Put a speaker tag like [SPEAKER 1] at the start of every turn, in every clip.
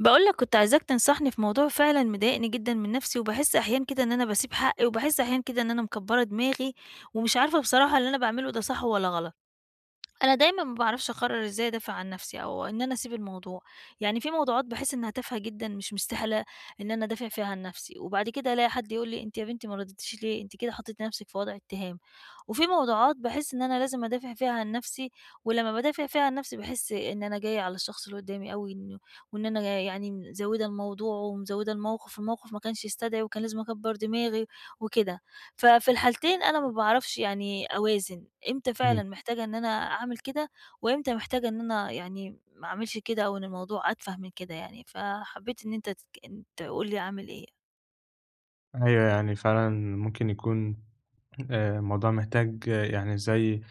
[SPEAKER 1] باقول لك كنت عايزاك تنصحني في موضوع فعلًا مضايقني جدًا من نفسي، وباحس أحيانًا كده إن أنا باسيب حقي، وباحس أحيانًا كده إن أنا مكبّرة دماغي، ومش عارفة بصراحة اللي أنا باعمله ده صح والّا غلط. أنا دايمًا ما باعرفش أقرّر إزاي أدافع عن نفسي أو إن أنا أسيب الموضوع، يعني في موضوعات باحس إنها تافهة جدًا مش مستاهلة إن أنا أدافع فيها عن نفسي، وبعد كده ألاقي حد يقول لي: "أنتِ يا بنتي ما رديتيش ليه؟ أنتِ كده حطيتِ نفسِك في وضع اتهام." وفي موضوعات باحس إن أنا لازم أدافع فيها عن نفسي، ولمّا بادافع فيها عن نفسي باحس إن أنا جاية على الشخص اللي قدامي أوي إنه يعني مزوّدة الموضوع ومزوّدة الموقف، الموقف ما كانش يستدعي وكان لازم أكبّر دماغي وكده. ففي الحالتين أنا ما باعرفش يعني أوازن، إمتى فعلًا
[SPEAKER 2] إمم،
[SPEAKER 1] محتاجة إن أنا أعمل كده، وإمتى محتاجة إن أنا يعني ما أعملش كده أو إن الموضوع أتفه من كده يعني، فحبيت إن أنت تقول لي أعمل إيه.
[SPEAKER 2] أيوه يعني فعلًا ممكن يكون الموضوع محتاج يعني زي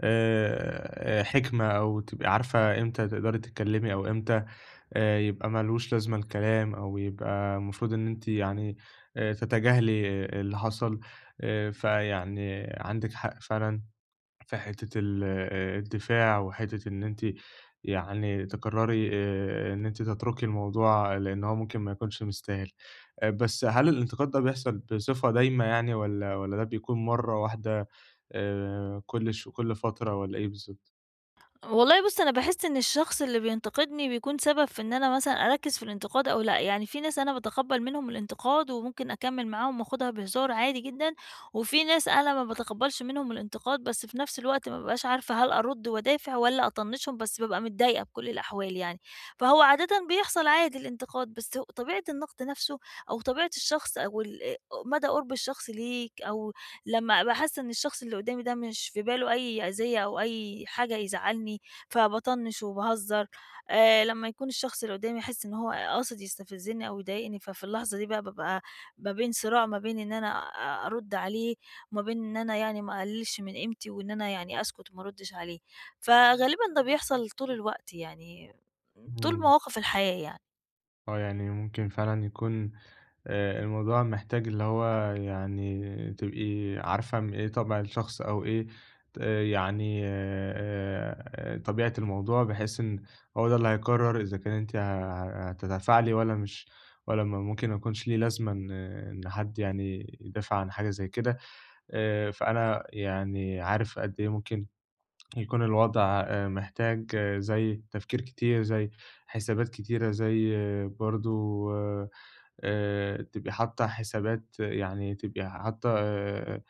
[SPEAKER 2] حِكمة أو تبقي عارفة إمتى تقدري تتكلمي أو إمتى يبقى ما لوش لازمة الكلام أو يبقى المفروض إن أنتِ يعني تتجاهلي اللي حصل فيعني عندِك حق فعلًا في حتة ال الدفاع، وحتة إن أنتِ يعني تقرّري إن أنتِ تتركي الموضوع لإن هو ممكن ما يكونش مستاهل. بس هل الانتقاد ده بيحصل بصفة دايمة يعني والّا ده بيكون مرّة واحدة كل فترة والّا إيه بالضبط؟
[SPEAKER 1] والله بُص، أنا باحس إن الشخص اللي بينتقدني بيكون سبب في إن أنا مثلًا أركّز في الانتقاد أو لأ، يعني في ناس أنا باتقبّل منهم الانتقاد وممكن أكمّل معاهم وآخُدها بهزار عادي جدًا، وفي ناس أنا ما باتقبّلش منهم الانتقاد، بس في نفس الوقت ما بابقاش عارفة هل أرُد وأدافع والّا أطنّشهم، بس بابقى متضايقة بكل الأحوال يعني. فهو عادةً بيحصل عادي الانتقاد، بس هو طبيعة النقد نَفْسه أو طبيعة الشخص أو ال مدى قُرب الشخص ليك أو لمّا أبقى حاسة إن الشخص اللي قدّامي ده مش في باله أي أذية أو أي حاجة يزعّلني، فباطنّش وباهزّر. لمّا يكون الشخص اللي قدّامي يحس إن هو قاصد يستفزّني أو يضايقني، ففي اللحظة دي بقى بابقى ما بين صراع ما بين إن أنا أرُد عليه، وما بين إن أنا يعني ما أقللش من قيمتي وإن أنا يعني أسكت وما أردّش عليه، فغالبًا ده بيحصل طول الوقت يعني، طول
[SPEAKER 2] إمم.
[SPEAKER 1] مواقف الحياة يعني.
[SPEAKER 2] يعني ممكن فعلًا يكون الموضوع محتاج اللي هو يعني تبقي عارفة إيه طبع الشخص أو إيه يعني طبيعة الموضوع، بحيث إن هو ده اللي هيقرر إذا كان أنتِ ه ه هتتفاعلي والّا مش والّا ما ممكن ما يكونش ليه لازمة إن حد يعني يدافع عن حاجة زي كده، فأنا يعني عارف قد إيه ممكن يكون الوضع محتاج زي تفكير كتير، زي حسابات كتيرة، زي برضه تبقي حاطة حسابات يعني تبقي حاطة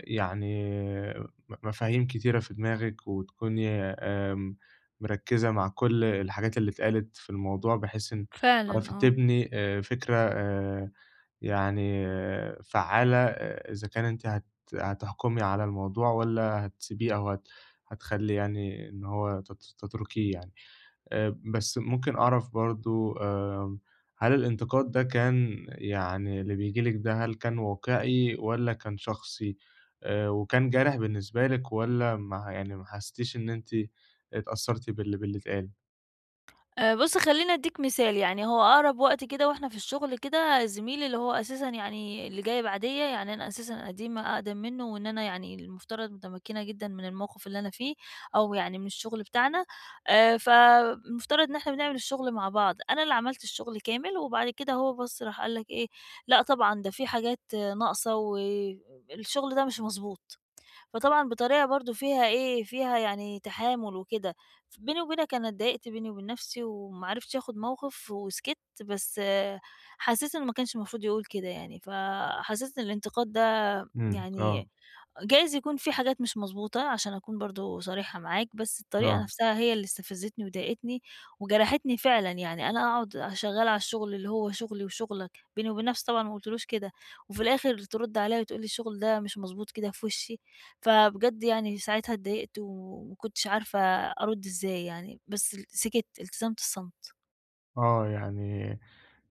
[SPEAKER 2] يعني م مفاهيم كتيرة في دماغِك وتكوني آمم مركّزة مع كل الحاجات اللي اتقالت في الموضوع، بحيث إن
[SPEAKER 1] فعلًا
[SPEAKER 2] تعرفي
[SPEAKER 1] آه.
[SPEAKER 2] تبني فكرة يعني فعّالة إذا كان أنتِ هتحكمي على الموضوع والّا هتسيبيه أو هتخلّي يعني إن هو تتركيه يعني. بس ممكن أعرف برضه هل الانتقاد ده كان يعني اللي بييجي لِك ده هل كان واقعي والّا كان شخصي؟ وكان جارح بالنسبة لِك والّا ما يعني ما حسيتيش إن أنتِ اتأثّرتِ باللي اتقال؟
[SPEAKER 1] بُص خلّيني أدّيك مثال، يعني هو أقرب وقت كده وإحنا في الشغل كده زميلي اللي هو أساسًا يعني اللي جاي بعديّا، يعني أنا أساسًا قديمة أقدم منّه وإن أنا يعني المفترض متمكنة جدًا من الموقف اللي أنا فيه أو يعني من الشغل بتاعنا. فالمفترض إن إحنا بنعمل الشغل مع بعض، أنا اللي عملت الشغل كامل وبعد كده هو بَص راح قال لك إيه، لأ طبعًا ده في حاجات ناقصة والشغل ده مش مضبوط. فطبعًا بطريقة برضه فيها فيها يعني تحامُل وكده. بيني وبينك أنا اتضايقت بيني وبين نَفْسي وما عرفتش آخُد موقِف وسكِتّ، بس آه، حسّيت إنه ما كانش المفروض يقول كده يعني، فحسّيت إن الانتقاد ده
[SPEAKER 2] إمم، آه،
[SPEAKER 1] يعني جايز يكون في حاجات مش مضبوطة عشان أكون برضه صريحة معاك، بس الطريقة
[SPEAKER 2] آه.
[SPEAKER 1] نفسها هي اللي استفزتني وضايقتني وجرحتني فعلًا، يعني أنا أقعد شغّالة على الشغل اللي هو شغلي وشغلك، بيني وبين نفسي طبعًا ما قُلتلوش كده، وفي الآخر ترُد عليّا وتقول لي الشغل ده مش مضبوط كده في وشّي، فبجد يعني ساعتها اتضايقت وما كنتش عارفة أرُد إزاي يعني، بس ال سكِت، التزمت الصمت.
[SPEAKER 2] يعني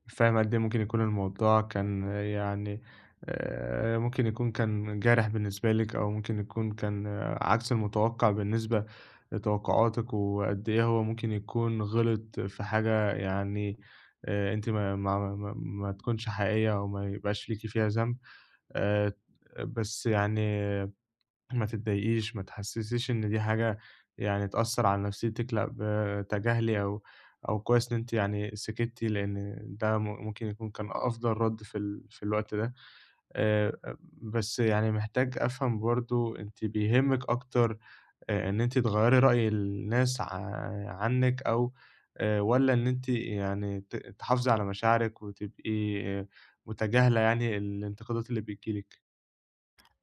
[SPEAKER 2] فاهم قد إيه ممكن يكون الموضوع كان يعني ممكن يكون كان جارح بالنسبة لِك، أو ممكن يكون كان عكس المتوقع بالنسبة لتوقعاتِك، وقد إيه هو ممكن يكون غلط في حاجة يعني أنتِ ما تكونش حقيقية، أو ما يبقاش ليكِ فيها ذنب آآ، بس يعني ما تتضايقيش، ما تحسّسيش إن دي حاجة يعني تأثّر على نفسيتِك، لأ بتجاهلي أو كويس إن أنتِ يعني سكتّي، لإن ده ممكن يكون كان أفضل رَد في الوقت ده. آآ بس يعني محتاج أفهم برضه أنتِ بيهمِّك أكتر إن أنتِ تغيّري رأي الناس عنِّك أو والّا إن أنتِ يعني تحافظي على مشاعرِك وتبقي متجاهلة يعني الانتقادات اللي بتيجي لِك؟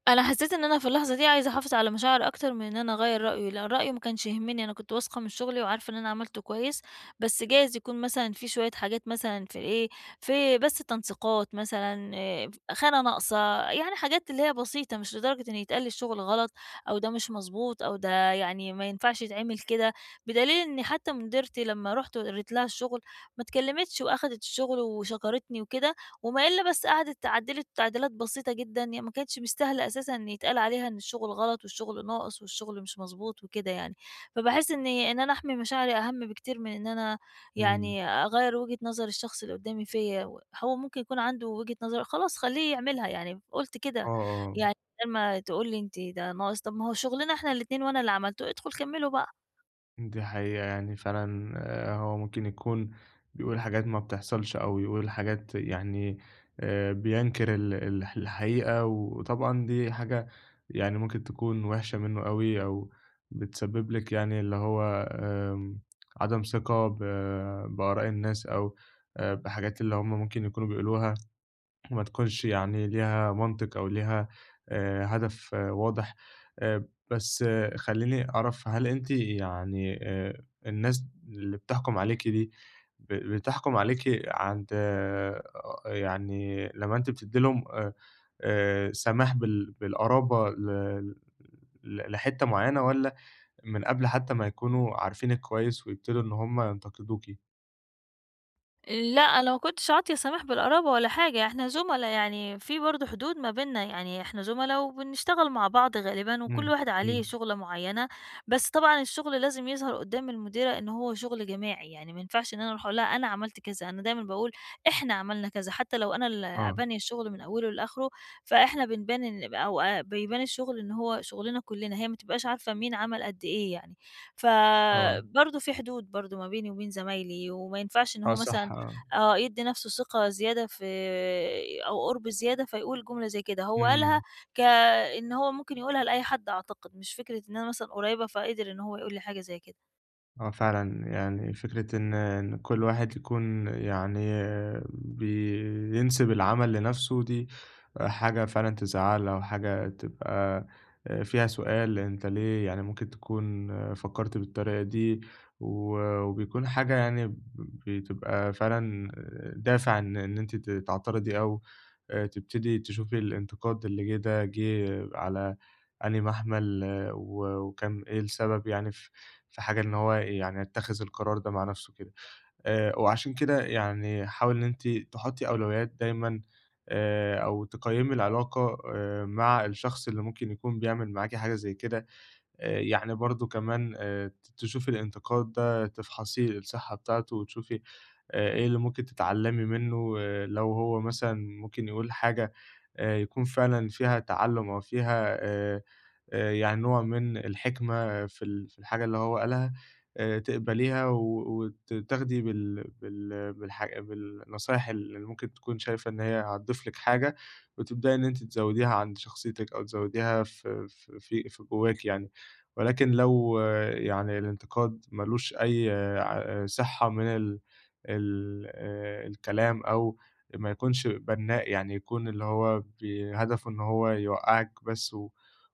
[SPEAKER 1] أنا حسيت إن أنا في اللحظة دي عايزة أحافظ على مشاعري أكتر من إن أنا أغيّر رأيه، لإن رأيه ما كانش يهمني، أنا كنت واثقة من شغلي وعارفة إن أنا عملته كويس، بس جايز يكون مثلًا في شوية حاجات مثلًا في إيه، في بس تنسيقات مثلًا خامة ناقصة، يعني حاجات اللي هي بسيطة مش لدرجة إن يتقال الشغل غلط أو ده مش مضبوط أو ده يعني ما ينفعش يتعمل كده، بدليل إن حتى مديرتي لمّا رُحت وقريت لها الشغل ما اتكلمتش وأخدت الشغل وشكرتني وكده. وما إلا بس قعدِت عدّلِت تعديلات بسيطة جدًا، هي ما كانتش مستاهلة أساسًا إن يتقال عليها إن الشغل غلط والشغل ناقص والشغل مش مضبوط وكده يعني. فباحس إن أنا أحمي مشاعري أهَم بكتير من إن أنا
[SPEAKER 2] إمم.
[SPEAKER 1] يعني أغيّر وجهة نظر الشخص اللي قدّامي فيّا و هو ممكن يكون عنده وجهة نظر خلاص خلّيه يعملها يعني، قُلت كده
[SPEAKER 2] آه، آه.
[SPEAKER 1] يعني بدل ما تقول لي أنتِ ده ناقص، طب ما هو شغلنا إحنا الاتنين وأنا اللي عملته، ادخل كمّله بقى.
[SPEAKER 2] دي حقيقة يعني فعلًا هو ممكن يكون بيقول حاجات ما بتحصلش أو يقول حاجات يعني بينكر ال ال الحقيقة، وطبعًا دي حاجة يعني ممكن تكون وحشة منه أوي أو بتسبب لِك يعني اللي هو عدم ثقة بآراء الناس أو بحاجات اللي هم ممكن يكونوا بيقولوها. ما تكونش يعني ليها منطق أو ليها هدف واضح. آآ بس خلّيني أعرف هل أنتِ يعني الناس اللي بتحكُم عليكِ دي بتحكُم عليكِ عند يعني لمّا أنتِ بتدّي لهم سماح بالقرابة ل ل لحتّة معيّنة والّا من قبل حتّى ما يكونوا عارفينِك كويس ويبتدوا إن هم ينتقدوكِ؟
[SPEAKER 1] لأ، أنا ما كنتش عاطية سماح بالقرابة ولا حاجة، إحنا زُملا يعني في برضه حدود ما بيننا، يعني إحنا زُملا وبنشتغل مع بعض غالبًا وكل
[SPEAKER 2] إمم،
[SPEAKER 1] واحد عليه
[SPEAKER 2] إمم.
[SPEAKER 1] شُغلة معيّنة، بس طبعًا الشُغل لازم يظهر قدّام المديرة إن هو شُغل جماعي، يعني ما ينفعش إن أنا أروح أقول لها أنا عملت كذا، أنا دايمًا باقول إحنا عملنا كذا، حتى لو أنا اللي
[SPEAKER 2] آه،
[SPEAKER 1] بانية الشُغل من أوله لآخره، فإحنا بنبان إن أو بيبان الشُغل إن هو شُغلنا كُلّنا، هي ما تبقاش عارفة مين عمل قد إيه يعني،
[SPEAKER 2] آه.
[SPEAKER 1] فبرضه في حدود برضه ما بيني وبين زمايلي، وما ينفعش إن
[SPEAKER 2] آه
[SPEAKER 1] هو مثلًا
[SPEAKER 2] صح، آه.
[SPEAKER 1] آه، يدّي نَفْسه ثقة زيادة في أو قُرب زيادة فيقول جملة زي كده، هو
[SPEAKER 2] إمم.
[SPEAKER 1] قالها كإن هو ممكن يقولها لأي حد أعتقد، مش فكرة إن أنا مثلًا قريّبة فقدر إن هو يقول لي حاجة زي كده.
[SPEAKER 2] آه فعلًا، يعني فكرة إن كل واحد يكون يعني بينسب العمل لنفسه دي حاجة فعلًا تزعّل أو حاجة تبقى فيها سؤال أنت ليه يعني ممكن تكون فكّرت بالطريقة دي، وبيكون حاجة يعني بتبقى فعلًا دافع إن أنتِ تعترضي أو تبتدي تشوفي الانتقاد اللي جِه ده جِه على أنهي محمل وكان إيه السبب يعني في حاجة إن هو يعني يتخذ القرار ده مع نَفْسه كده. وعشان كده يعني حاولي إن أنتِ تحطّي أولويات دايمًا أو تقيّمي العلاقة مع الشخص اللي ممكن يكون بيعمل معاكِ حاجة زي كده. يعني برضه كمان تشوفي الانتقاد ده تفحصي الصحة بتاعته وتشوفي إيه اللي ممكن تتعلّمي منّه لو هو مثلًا ممكن يقول حاجة يكون فعلًا فيها تعلُّم أو فيها يعني نوع من الحكمة في الحاجة اللي هو قالها تقبليها و تاخدي بالنصايح اللي ممكن تكون شايفة إن هي هتضيف لِك حاجة وتبدئي إن أنتِ تزوّديها عند شخصيتِك أو تزوّديها في جوّاكِ يعني. ولكن لو يعني الانتقاد مالوش أي ع صحة من ال ال الكلام أو ما يكونش بنّاء، يعني يكون اللي هو هدفه إن هو يوقّعِك بس و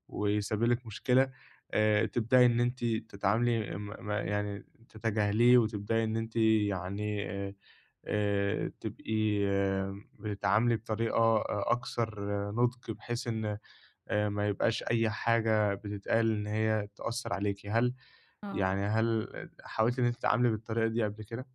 [SPEAKER 2] ويسبب لِك مشكلة، تبدئي إن أنتِ تتعاملي م م يعني تتجاهليه وتبدئي إن أنتِ يعني تبقي بتتعاملي بطريقة أكثر نُضج، بحيث إن ما يبقاش أي حاجة بتتقال إن هي تأثّر عليكِ، هل يعني
[SPEAKER 1] آه.
[SPEAKER 2] هل حاولتِ إن أنتِ تتعاملي بالطريقة دي قبل كده؟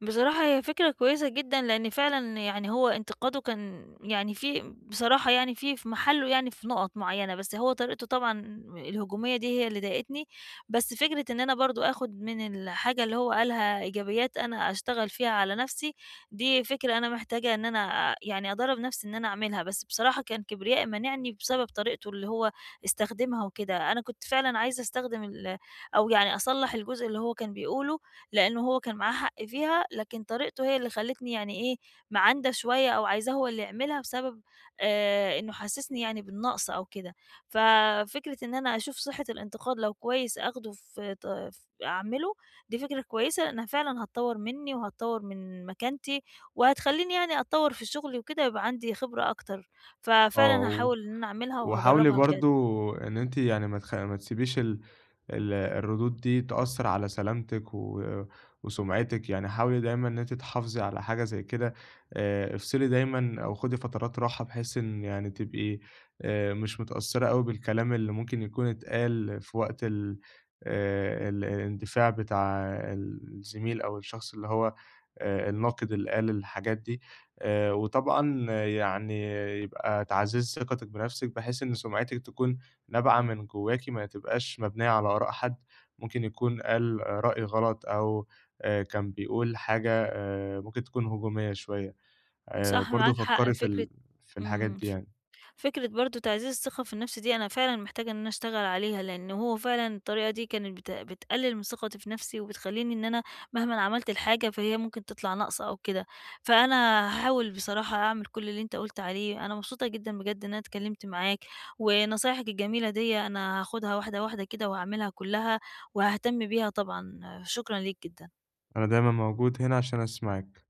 [SPEAKER 1] بصراحة هي فكرة كويسة جدًا، لإن فعلًا يعني هو انتقاده كان يعني في بصراحة يعني في محله يعني في نُقَط معيّنة، بس هو طريقته طبعًا الهجومية دي هي اللي ضايقتني، بس فكرة إن أنا برضه آخُد من الحاجة اللي هو قالها إيجابيات أنا أشتغل فيها على نَفْسي، دي فكرة أنا محتاجة إن أنا يعني أدرّب نَفْسي إن أنا أعملها، بس بصراحة كان كبريائي مانعني بسبب طريقته اللي هو استخدمها وكده، أنا كنت فعلًا عايزة أستخدم أو يعني أصلّح الجزء اللي هو كان بيقوله لإنه هو كان معاه حق فيها، لكن طريقته هي اللي خلّتني يعني مَعَندة شوية أو عايزاه هو اللي يعملها بسبب إنه حسّسني يعني بالنقص أو كده. ففكرة إن أنا أشوف صحة الانتقاد لو كويس آخده في ط ف أعمله، دي فكرة كويسة لإنها فعلًا هتطوّر منّي وهتطوّر من مكانتي، وهتخلّيني يعني أتطوّر في شغلي وكده يبقى عندي خبرة أكتر. ففعلًا
[SPEAKER 2] آه.
[SPEAKER 1] هاحاول إن أنا أعملها
[SPEAKER 2] وحاولي
[SPEAKER 1] وهاجرّبها بجد.
[SPEAKER 2] برضه إن أنتِ يعني ما تسيبيش ال ال الردود دي تأثّر على سلامتِك وسُمعتِك، يعني حاولي دايمًا إن أنتِ تحافظي على حاجة زي كده، افصلي دايمًا أو خُدي فترات راحة بحيث إن يعني تبقي مش متأثّرة أوي بالكلام اللي ممكن يكون اتقال في وقت ال ال الاندفاع بتاع الزميل أو الشخص اللي هو الناقد اللي قال الحاجات دي. وطبعًا يعني يبقى تعزيز ثقتِك بنفسِك، بحيث إن سُمعتِك تكون نابعة من جواكِ، ما تبقاش مبنية على آراء حد ممكن يكون قال رأي غلط، أو كان بيقول حاجة ممكن تكون هجومية شوية.
[SPEAKER 1] صح،
[SPEAKER 2] برضه
[SPEAKER 1] معاك حق،
[SPEAKER 2] فكّري
[SPEAKER 1] فكرة
[SPEAKER 2] في الحاجات
[SPEAKER 1] إمم.
[SPEAKER 2] دي يعني،
[SPEAKER 1] فكرة برضه تعزيز الثقة في النفس دي أنا فعلًا محتاجة إن أنا أشتغل عليها، لأن هو فعلًا الطريقة دي كانت بتقلل من ثقتي في نفسي، وبتخلّيني إن أنا مهمًا عملت الحاجة فهي ممكن تطلع ناقصة أو كده، فأنا هاحاول بصراحة أعمل كل اللي أنت قُلت عليه، أنا مبسوطة جدًا بجد إن أنا اتكلمت معاك، ونصايحك الجميلة دي أنا هاخدها واحدة واحدة كده وهاعملها كلها، وهاهتم بيها طبعًا، شكرًا ليك جدًا.
[SPEAKER 2] أنا دايمًا موجود هنا عشان أسمعِك.